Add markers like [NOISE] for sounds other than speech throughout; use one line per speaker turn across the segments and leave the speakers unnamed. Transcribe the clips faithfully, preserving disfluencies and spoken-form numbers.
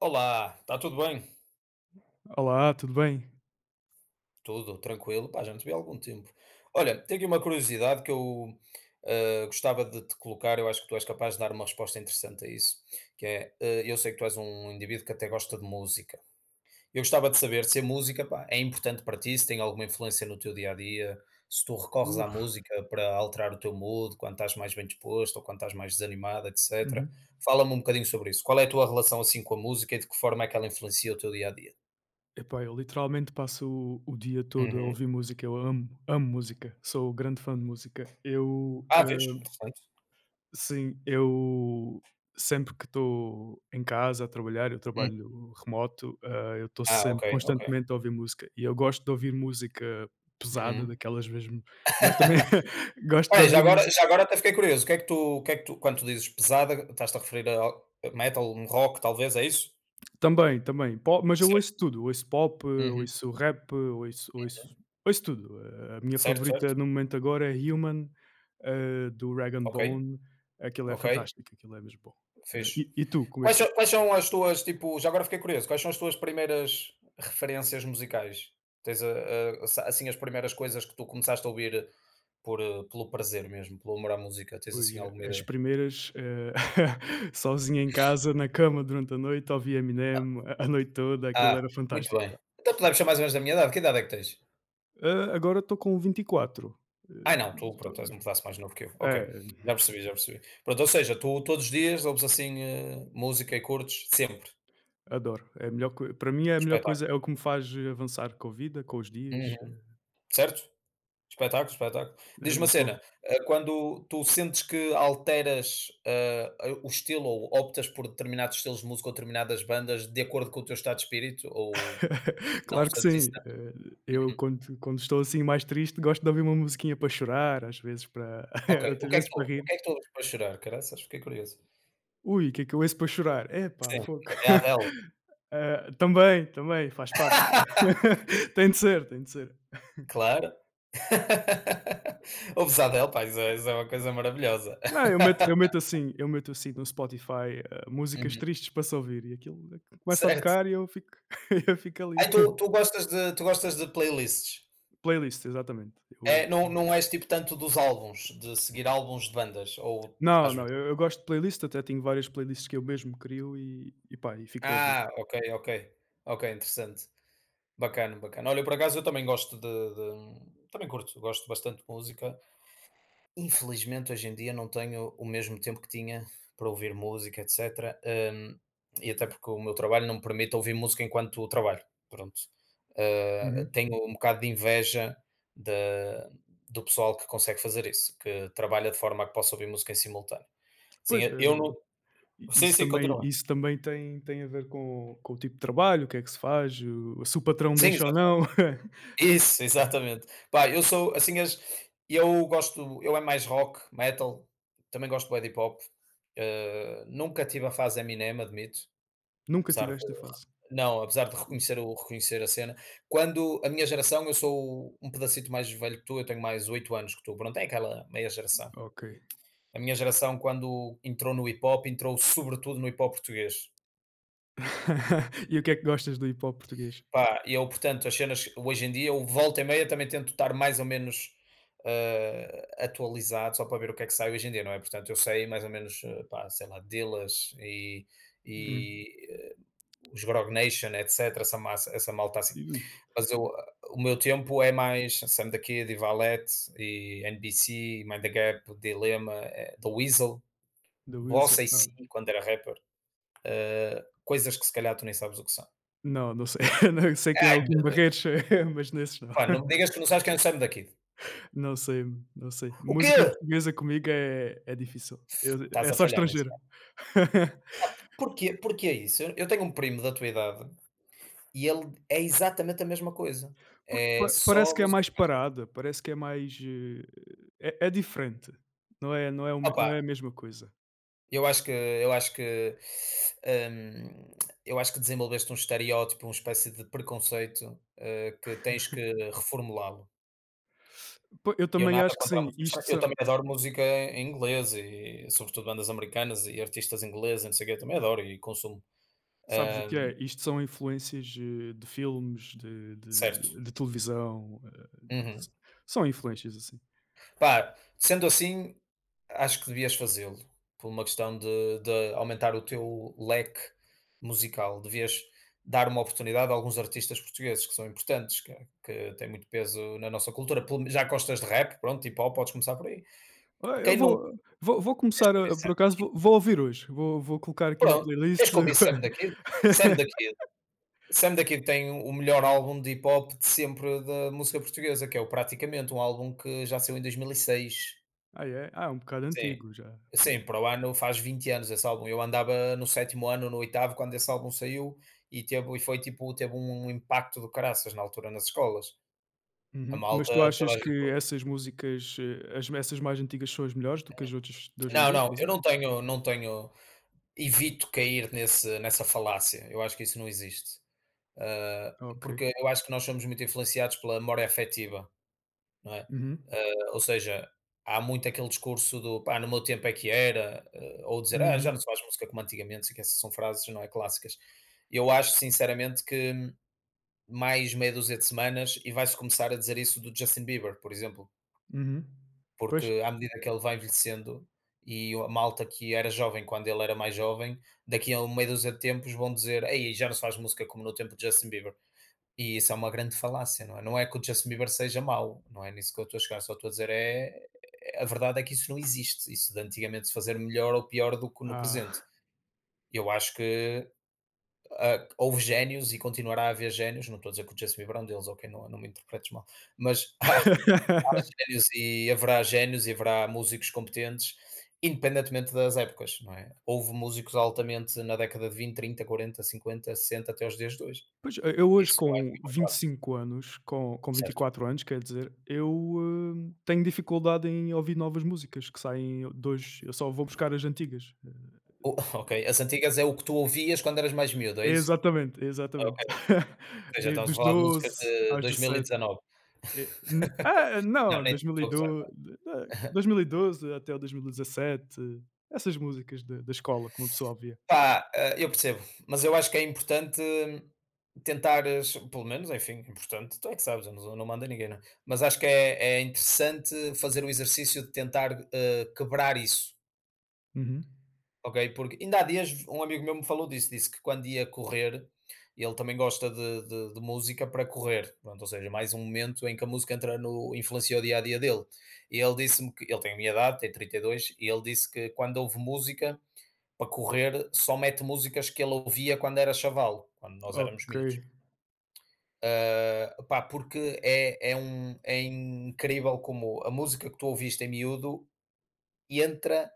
Olá, está tudo bem?
Olá, tudo bem?
Tudo tranquilo, pá, já não te vi há algum tempo. Olha, tenho aqui uma curiosidade que eu eh, gostava de te colocar, eu acho que tu és capaz de dar uma resposta interessante a isso, que é, eh, eu sei que tu és um indivíduo que até gosta de música. Eu gostava de saber se a música, pá, é importante para ti, se tem alguma influência no teu dia a dia, se tu recorres à
Uf.
música para alterar o teu mood, quando estás mais bem disposto ou quando estás mais desanimado, etcétera.
Uhum.
Fala-me um bocadinho sobre isso. Qual é a tua relação assim com a música e de que forma é que ela influencia o teu dia a dia?
Epá, eu literalmente passo o, o dia todo a ouvir música. Eu amo, amo música, sou grande fã de música. Eu,
Ah, vês?
eh,
Interessante.
sim, eu sempre que estou em casa a trabalhar, eu
Hum.
trabalho remoto. Eh, eu estou
Ah, ok,
sempre,
ok.
constantemente a ouvir música. E eu gosto de ouvir música pesada,
Uhum.
daquelas mesmo, mas também
[LAUGHS]
[LAUGHS] gosto de
Olha, já
ouvir
agora
música.
já agora até fiquei curioso, o que é que tu o que é que tu quando tu dizes pesada, estás-te a referir a al a metal, um rock talvez, é isso?
Também, também. Po, mas eu
Certo.
ouço tudo, ouço pop,
Uhum.
ouço rap, ouço ouço ouço tudo. Eh, A minha
Certo,
favorita
certo.
no momento agora é Human, eh, do Rag& and
Ok,
Bone, aquilo é
ok,
fantástico, aquilo é mesmo bom. Eh,
fixe.
e e tu, como é
Quais
que.
são quais são as tuas, tipo já agora fiquei curioso, quais são as tuas primeiras referências musicais? Tens a a assim, as primeiras coisas que tu começaste a ouvir por eh, pelo prazer mesmo, pelo amor à música, tens
Ui,
assim alguma
eh, as
ideia?
primeiras, eh, [LAUGHS] sozinho em casa, na cama durante a noite, ouvia Eminem a a noite toda, aquilo
Ah,
era
muito
fantástico, pá.
bem. Então tu deves ser mais ou menos da minha idade, que idade é que tens?
Eh, agora estou com vinte e quatro. Eh,
Ai não, tu
Estou,
pronto, és um pedaço mais novo que eu. Ok,
é.
já percebi, já percebi. Pronto, ou seja, tu todos os dias ouves assim, eh, música e curtes sempre.
Adoro. É a melhor coi Para mim é a melhor
Espetáculo.
coisa, é o que me faz avançar com a vida, com os dias. Eh,
Uhum. Certo? Espetáculo, espetáculo.
é
Diz-me uma
muito bom.
cena, eh, quando tu sentes que alteras, eh, a- o estilo ou optas por determinados estilos de música ou determinadas bandas de acordo com o teu estado de espírito ou
[LAUGHS]
não
Claro que
sentes isso
sim.
tanto?
Eh, eu quando quando estou assim mais triste, gosto de ouvir uma musiquinha para chorar, às vezes para
Ok,
[LAUGHS]
o
outras
que é
vezes
que tu,
para
o
rir.
que é que tu ouves para chorar? Caraças, fiquei curioso.
Ui, o que é que eu ouço para chorar? Epá,
Sim,
fogo.
é a Adele.
[LAUGHS] Ah, também, também, faz parte.
[LAUGHS]
[LAUGHS] Tem de ser, tem de ser.
Claro. [LAUGHS] Obesadelo, pá, isso é isso é uma coisa maravilhosa.
Não, eu meto eu meto
[LAUGHS]
assim eu meto assim no Spotify, ah, músicas
Uhum.
tristes para se ouvir, e aquilo começa a
Certo.
tocar e eu fico [LAUGHS] eu fico ali.
Aí tu tu gostas de tu gostas de playlists?
Playlist, exatamente. Eu
É, não, não és tipo tanto dos álbuns, de seguir álbuns de bandas ou
Não,
às
não,
vezes?
eu eu gosto de playlist, até tenho várias playlists que eu mesmo crio e e pá, e fico a ouvir.
Ah, ok, ok. Ok, interessante. Bacana, bacana. Olha, por acaso eu também gosto de de também curto, gosto bastante de música. Infelizmente, hoje em dia não tenho o mesmo tempo que tinha para ouvir música, etcétera, hum, e até porque o meu trabalho não me permite ouvir música enquanto trabalho, pronto. Ah,
Uhum.
tenho um bocado de inveja da do pessoal que consegue fazer isso, que trabalha de forma a que possa ouvir música em simultâneo. Sim,
Pois,
eu
eh,
não.
i
Sim,
isso
sim,
também
continua.
isso também tem tem a ver com com o tipo de trabalho, o que é que se faz, o se o patrão
Sim,
deixa ou não.
exatamente.
[LAUGHS]
Isso, exatamente. Pá, eu sou assim as eu gosto eu é mais rock, metal, também gosto bué de hip hop, ah, nunca tive a fase Eminem, admito.
Nunca
Apesar
tive
de
esta fase.
não, apesar de reconhecer o reconhecer a cena. Quando a minha geração, eu sou um pedacito mais velho que tu, eu tenho mais oito anos que tu, pronto, é aquela meia geração.
Ok.
A minha geração quando entrou no hip hop, entrou sobretudo no hip hop português.
[LAUGHS] E o que é que gostas do hip hop português?
Pá, eu portanto as cenas hoje em dia, eu volta e meia também tento estar mais ou menos, hã, atualizado só para ver o que é que sai hoje em dia, não é? Portanto eu sei mais ou menos, eh, pá, sei lá, Dillaz e
Hum.
e, eh, os Grog Nation, etc, essa massa essa malta assim.
Ui,
Mas eu o meu tempo é mais Sam da Kid, Ivalete e N B C, Mind the Gap, Dilema, eh, The Weasel,
da Wilson.
Bossa e A C
Não,
quando era rapper, coisas que se calhar tu nem sabes o que são.
não, não sei. [LAUGHS] Não, sei quem é
Ai
o Kim
meu Deus,
Barreiros, [LAUGHS] mas nesses não.
pá, não me digas que não sabes quem é o Sam da Kid.
Não sei, não sei.
O quê?
Música portuguesa comigo é é difícil. Eu
Estás
é
a
só
falhar nisso.
estrangeira. [LAUGHS]
Porquê Porque é isso? Eu eu tenho um primo da tua idade e ele é exatamente a mesma coisa,
Porque
é
pa parece
só
que é
música
mais parada, parece que é mais, eh, é é diferente. Não é não é o me
opa.
não é a mesma coisa.
Eu acho que eu acho que, hum, eu acho que desenvolveste um estereótipo, uma espécie de preconceito, eh, que tens que reformulá-lo.
Po, eu
Eu
também
nada
acho que
contra a
sim,
música
isto
estrangeira, eu
são
também adoro música em inglês e sobretudo bandas americanas e artistas ingleses e não sei o quê, eu também adoro e consumo.
sabes o que
Hum,
é? Isto são influências, eh, de filmes, de
certo.
de de televisão, eh,
Uhum.
s são influências assim.
Pá, sendo assim, acho que devias fazê-lo, por uma questão de de aumentar o teu leque musical. Devias dar uma oportunidade a alguns artistas portugueses que são importantes, que que têm muito peso na nossa cultura. Pelo já gostas de rap, pronto, hip hop, podes começar por aí.
Ah, eu
Quem não
vou vou vou
tens
começar
que ouvir
a
Sam
por
da
acaso vou
Kid.
vou ouvir hoje, vou vou colocar aqui uma
Pronto, tens
playlist.
que ouvir Sam da Kid. Sam da
[LAUGHS]
Kid Sam da Kid tem o melhor álbum de hip hop de sempre da música portuguesa, que é o Praticamente, um álbum que já saiu em dois mil e seis.
Ah, é? Ah, é um bocado
Sim,
antigo já.
sim,
Pois.
para o ano faz vinte anos esse álbum. Eu andava no sétimo ano, no oitavo quando esse álbum saiu e teve e foi tipo teve um um impacto do caraças na altura nas escolas. A
Uhum. Mas
malta,
tu
toda
achas
a gente
que essas músicas, eh, as essas mais antigas são as melhores do que as outras de hoje em
não,
dia,
não,
por
eu
exemplo?
não tenho não tenho evito cair nesse nessa falácia, eu acho que isso não existe. Ah,
Ah, ok.
porque eu acho que nós somos muito influenciados pela memória afetiva, não é?
Uhum.
Ah, ou seja, há muito aquele discurso do pá, no meu tempo é que era, eh, ou dizer ah, já
Uhum.
não se faz música como antigamente, sei que essas são frases, não é? Clássicas. Eu acho sinceramente que hum, mais meia dúzia de semanas e vai-se começar a dizer isso do Justin Bieber, por exemplo,
Uhum. Pois.
porque à medida que ele vai envelhecendo e a malta que era jovem quando ele era mais jovem, daqui a uma meia dúzia de tempos vão dizer ei, já não se faz música como no tempo de Justin Bieber. E isso é uma grande falácia, não é? Não é que o Justin Bieber seja mau, não é nisso que eu estou a chegar, só estou a dizer é é, a verdade é que isso não existe, isso de antigamente se fazer melhor ou pior do que no presente.
Ah.
Eu acho que, ah, houve génios e continuará a haver génios, não estou a dizer que o Justin Bieber é um deles, ok, não não me interpretes mal, mas [LAUGHS] há
[LAUGHS]
génios e haverá génios e haverá músicos competentes, independentemente das épocas, não é? Houve músicos altamente na década de vinte trinta quarenta cinquenta sessenta até os dias de hoje.
Pois, e eu hoje
Isso eu acho
com
que é uma
vinte e
falácia,
cinco anos, com com vinte e
certo?
quatro anos, quer dizer, eu, hã, tenho dificuldade em ouvir novas músicas que saem de hoje, eu só vou buscar as antigas. Eh,
O [LAUGHS] ok, as antigas é o que tu ouvias quando eras mais miúdo, é isso?
Exatamente, exatamente.
Ok,
[LAUGHS]
ou seja,
Desde
estamos a
os
falar de músicas
doze
de
aos dezessete.
dois mil e dezenove.
E n ah,
Não,
não,
nem estou a
dois mil e dois,
gozar.
eh, dois mil e doze até o dois mil e dezessete, essas músicas da da escola que uma pessoa ouvia.
Pá, ah, eu percebo, mas eu acho que é importante hum, tentares, pelo menos, enfim, importante, tu é que sabes, eu não não mando ninguém, não é? Mas acho que é é interessante fazer o exercício de tentar, eh, quebrar isso.
Uhum.
Ok, porque ainda há dias um amigo meu me falou disso, disse que quando ia correr, ele também gosta de, de- de música para correr, pronto, ou seja, mais um momento em que a música entra no, influencia o dia a dia dele. E ele disse-me que ele tem a minha idade, tem trinta e dois, e dois, e ele disse que quando ouve música para correr, só mete músicas que ele ouvia quando era chaval, quando nós éramos
Ok.
miúdos. Ah, pá, porque é, é, um, é incrível como a música que tu ouviste em miúdo entra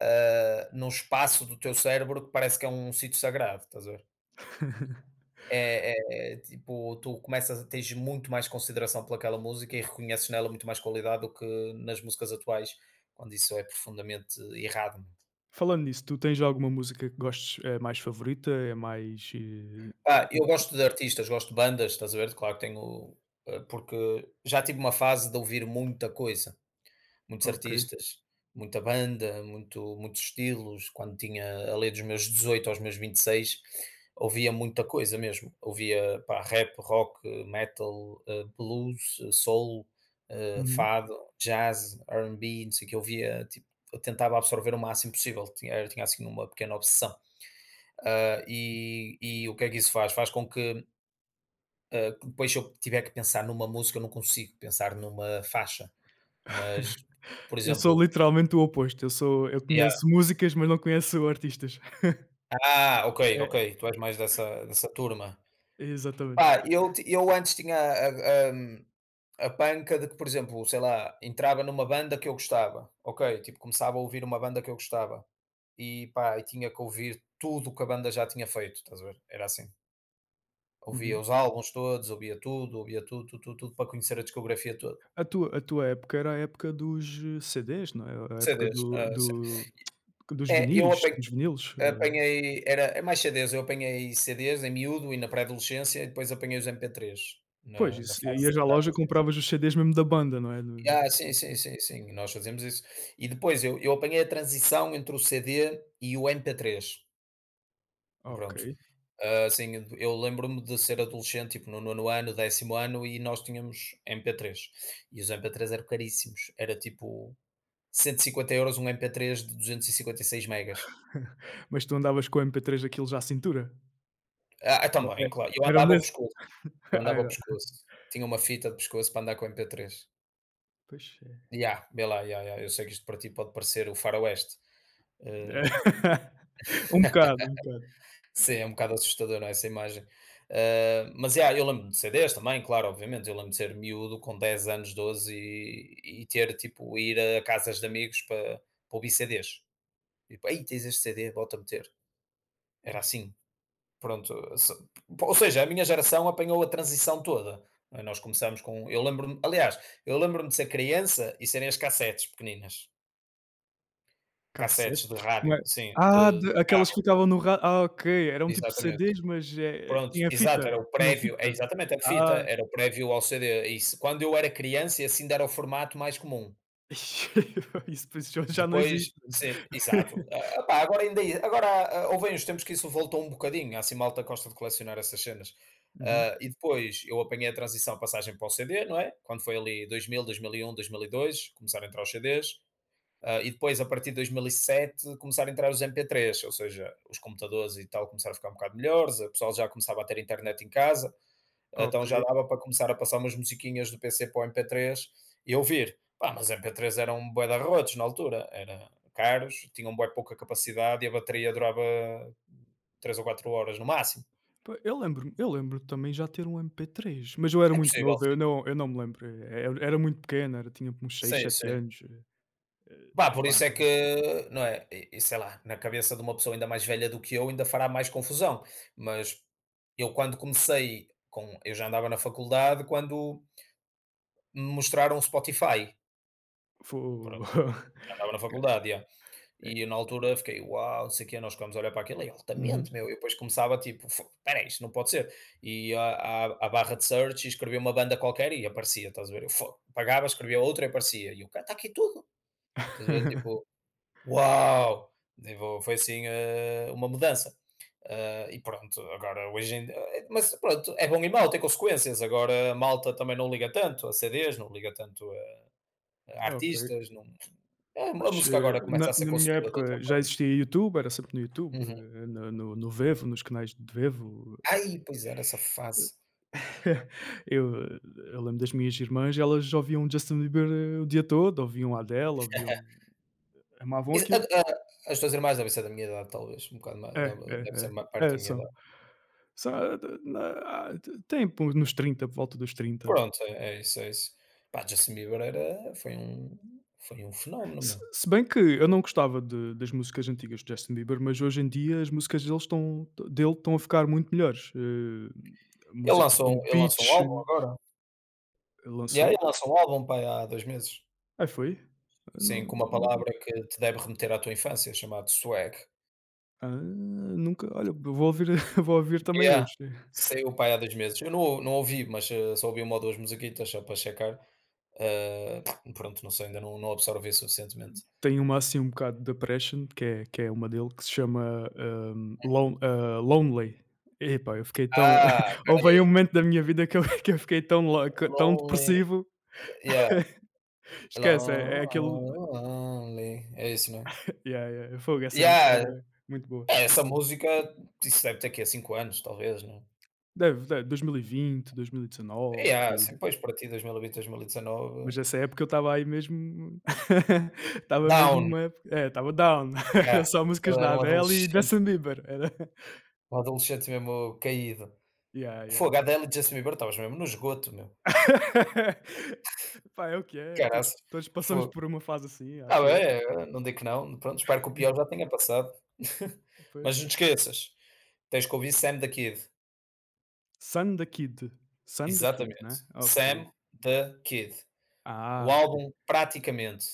ah, num espaço do teu cérebro que parece que é um sítio sagrado, estás a ver? É, é, é tipo, tu começas a ter muito mais consideração pelaquela música e reconheces nela muito mais qualidade do que nas músicas atuais, quando isso é profundamente errado.
Falando nisso, tu tens alguma música que gostes é mais favorita, é mais, eh,
Ah, eu gosto de artistas, gosto de bandas, estás a ver? Claro que tenho, eh, porque já tive uma fase de ouvir muita coisa, muitos
ok.
artistas, muita banda, muito, muitos estilos. Quando tinha ali dos meus dezoito aos meus vinte e seis, ouvia muita coisa mesmo. Ouvia pá, rap, rock, metal, eh, blues, eh, soul, eh,
Uhum.
fado, jazz, R and B, não sei o que. Ouvia, tipo, eu tentava absorver o máximo possível. Tinha, era- tinha assim uma pequena obsessão. Ah, e, e o que é que isso faz? Faz com que ah, depois se eu tiver que pensar numa música, eu não consigo pensar numa faixa. Mas,
[LAUGHS]
por
Eu sou
exemplo,
literalmente o oposto, eu sou eu conheço músicas, mas não conheço artistas. [LAUGHS]
Ah, ok, ok, tu és mais dessa dessa turma.
Exatamente.
Pá, eu ti eu antes tinha a a hum, a panca de que, por exemplo, sei lá, entrava numa banda que eu gostava, ok, tipo, começava a ouvir uma banda que eu gostava, e pá, e tinha que ouvir tudo o que a banda já tinha feito, estás a ver? Era assim, ouvia
Uhum.
os álbuns todos, ouvia tudo, ouvia tudo, tudo, tudo, tudo para conhecer a discografia toda.
A tua a tua época era a época dos, eh, C Dês, não é? A época
C Ds,
do
hã, sim.
do dos
É, eu
vinis,
apanhei.
dos vinilos, eh,
Apanhei era é mais C Ds, eu apanhei C Ds em miúdo e na pré-adolescência e depois apanhei os M P três
pois,
na na
isso,
fase
ias à
da
loja,
adolescência.
compravas os C Dês mesmo da banda, não é? Do
Ah, sim, sim, sim, sim, nós fazemos isso. E depois eu eu apanhei a transição entre o C D e o M P três,
Ok.
pronto. Ah, assim, eu lembro-me de ser adolescente, tipo no nono ano, décimo ano e nós tínhamos M P três. E os M P três eram caríssimos, era tipo cento e cinquenta euros um M P três de duzentos e cinquenta e seis megas.
[LAUGHS] Mas tu andavas com o M P três 3 já à cintura?
Ah,
É é
também, claro, eu
eram
andava ao
desses?
pescoço. Eu
[LAUGHS] Ah,
andava ao
era.
pescoço. Tinha uma fita de pescoço para andar com o M P três.
Pois é.
Ya, vê lá, ya, ya, eu sei que isto para ti pode parecer o faroeste. Eh,
[LAUGHS] Um bocado, um bocado.
sim, é um bocado assustador, não é, essa imagem. Eh, mas, ya, eu lembro-me de C Ds também, claro, obviamente. Eu lembro de ser miúdo com dez anos, doze e e ter, tipo, ir a casas de amigos para para ouvir C Ds. Tipo: "Aí tens este C D, bota a meter". Era assim. Pronto, se- ou seja, a minha geração apanhou a transição toda. Eh, Nós começamos com. Eu lembro-me, aliás, eu lembro-me de ser criança e serem as cassetes pequeninas,
Cassetes?
cassetes de
Como é?
rádio, sim,
Ah,
de,
de
de
aquelas que
carro,
ficavam no ra ah, ok, eram tipo
exatamente.
C Dês, mas, eh,
Pronto,
tinha
exato,
fita?
era o
Tinham
prévio, é
fita?
exatamente a fita,
Ah,
era o prévio ao C D. Isso. Quando eu era criança, e assim era o formato mais comum.
[LAUGHS] isso pois já não existe.
Depois, sim, exato.
[LAUGHS]
Ah, pá, agora ainda, agora ah, houve aí uns tempos que isso voltou um bocadinho, há assim malta que gosta de colecionar essas cenas.
Uhum,
Ah, e depois eu apanhei a transição, a passagem para o C D, não é? Quando foi ali dois mil, dois mil e um, dois mil e dois, começaram a entrar os C Ds. Ah, e depois, a partir de dois mil e sete, começaram a entrar os M P três, ou seja, os computadores e tal começaram a ficar um bocado melhores, o pessoal já começava a ter internet em casa.
ok.
Então já dava para começar a passar umas musiquinhas do P C para o M P três e ouvir. Pá, mas M P três eram um bué de arrotos na altura, era caros, tinham bué pouca capacidade e a bateria durava três ou quatro horas no máximo.
Pá, eu lembro eu lembro também já ter um mp três, mas eu era
É
muito
possível,
novo, eu
sim.
não eu não me lembro, eh, eu era muito pequeno, era tinha uns seis
Sim,
sete
sim.
anos, eh, eh,
Pá, por
epá,
isso é que, não é? E e sei lá, na cabeça de uma pessoa ainda mais velha do que eu ainda fará mais confusão, mas eu quando comecei com eu já andava na faculdade quando me mostraram o Spotify,
fo
pronto,
[LAUGHS]
já andava na faculdade, já. E
eh,
eu na altura fiquei: "Uau", não sei o quê, nós ficámos a olhar para aquilo, é
uhum.
altamente, meu. E depois começava, tipo: "Fo, espera, isto não pode ser". E a a à barra de search e escrevia uma banda qualquer e aparecia, estás a ver? Eu: "Fo", pagava, escrevia outra e aparecia. E o cara: "Está aqui tudo". Estás a ver? Tipo:
[LAUGHS]
"Uau!". Tipo, foi assim, eh, uma mudança. Ah, e pronto, agora hoje em eh, Mas pronto, é bom e mau, tem consequências. Agora a malta também não liga tanto a C Ds, não liga tanto a a
Ok.
artistas, não a
Pois,
a música
eh,
agora começa a
na
ser
na minha
consumida de outra
época já
forma.
existia YouTube, era sempre no YouTube,
Uhum.
eh, no no no Vevo, nos canais de Vevo.
Ai, pois era essa fase.
[LAUGHS] Eu eh, eu lembro das minhas irmãs, elas ouviam Justin Bieber, eh, o dia todo, ouviam Adele, ouviam amavam
Is a
aquilo.
a As tuas irmãs devem ser da minha idade, talvez, um bocado ma
É,
da
é,
deve ser ma perto
é. É,
da minha
são
idade.
são ah, de- na têm por nos trinta por volta dos trinta.
Pronto, é é isso, é isso. Pá, Justin Bieber era foi um foi um fenómeno,
Se
meu.
se bem que eu não gostava de das músicas antigas de Justin Bieber, mas hoje em dia as músicas deles estão dele estão a ficar muito melhores. Eh,
Ele
músicas
lançou
como
um- ele lançou um
Peach.
álbum agora. Yeah, ele
Lançou?
lançou um álbum, pai, há dois meses.
Aí foi? Eu Não,
Sim,
não
com uma
não vi.
palavra que te deve remeter à tua infância, chamado swag.
Ah, nunca olha, eu vou ouvir, [LAUGHS] vou ouvir também
Yeah.
hoje.
Saiu, pá, aí há dois meses. Eu não não ouvi, mas, eh, só ouvi uma ou duas musiquitas só para checar. Ah, pronto, não sei, ainda não não absorvi suficientemente.
Tem uma assim um bocado de Depression, que é que é uma dele, que se chama, hum, Lon ah, Lonely. Epá, eu fiquei tão.
Ah,
[LAUGHS]
espera,
Houve aí um momento da minha vida que eu [LAUGHS] que eu fiquei tão lo que- tão
Lonely,
depressivo.
yeah,
[LAUGHS] Esquece, é é aquilo.
lonely, é isso, né?
[LAUGHS] Yeah, yeah, fogo, essa música
Yeah,
era muito boa,
é, essa
muito boa.
música, isso deve ter aqui há cinco anos, talvez, né?
Deve deve, dois mil e vinte, dois mil e dezenove,
Yeah,
por aí.
sim, pois, para ti dois mil e vinte, dois mil e dezanove,
Mas essa época eu estava aí mesmo, [LAUGHS] estava mesmo
down,
numa época, é, estava down, [LAUGHS] era
yeah,
só músicas
eu
da
era um
Adele e
adolescente,
Justin Bieber, era
um adolescente mesmo caído.
yeah, yeah.
Fogo, Adele e Justin Bieber, estavas mesmo no esgoto, meu,
[LAUGHS] Pá, é o que é, todos
caraças,
todos passamos
fogo.
por uma fase assim,
Está
acho
bem,
eu.
eh, não digo que não, pronto, espero que o pior já
[LAUGHS]
tenha passado. [LAUGHS]
Pois.
Mas não te esqueças, tens que ouvir Sam da Kid.
Son da Kid, Son da Kid, né?
Exatamente.
Ok.
Sam the Kid. O
Ah, ok,
álbum, praticamente,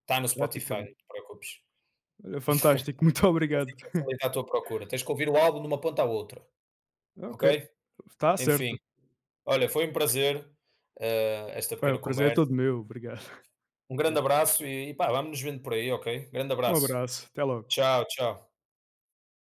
está no Spotify, não
praticamente.
te preocupes.
Olha, fantástico, muito
Está
obrigado.
sempre
[LAUGHS]
facilitar a tua procura. Tens que ouvir o álbum de uma ponta à outra,
Ok,
ok?
está certo.
Enfim, olha, foi um prazer, eh, esta
Olha, o
pequena
prazer é
conversa.
todo meu, obrigado.
Um grande
[LAUGHS]
abraço e, e pá, vamos nos vendo por aí, ok? Grande
Um
abraço.
abraço, até logo.
Tchau, tchau.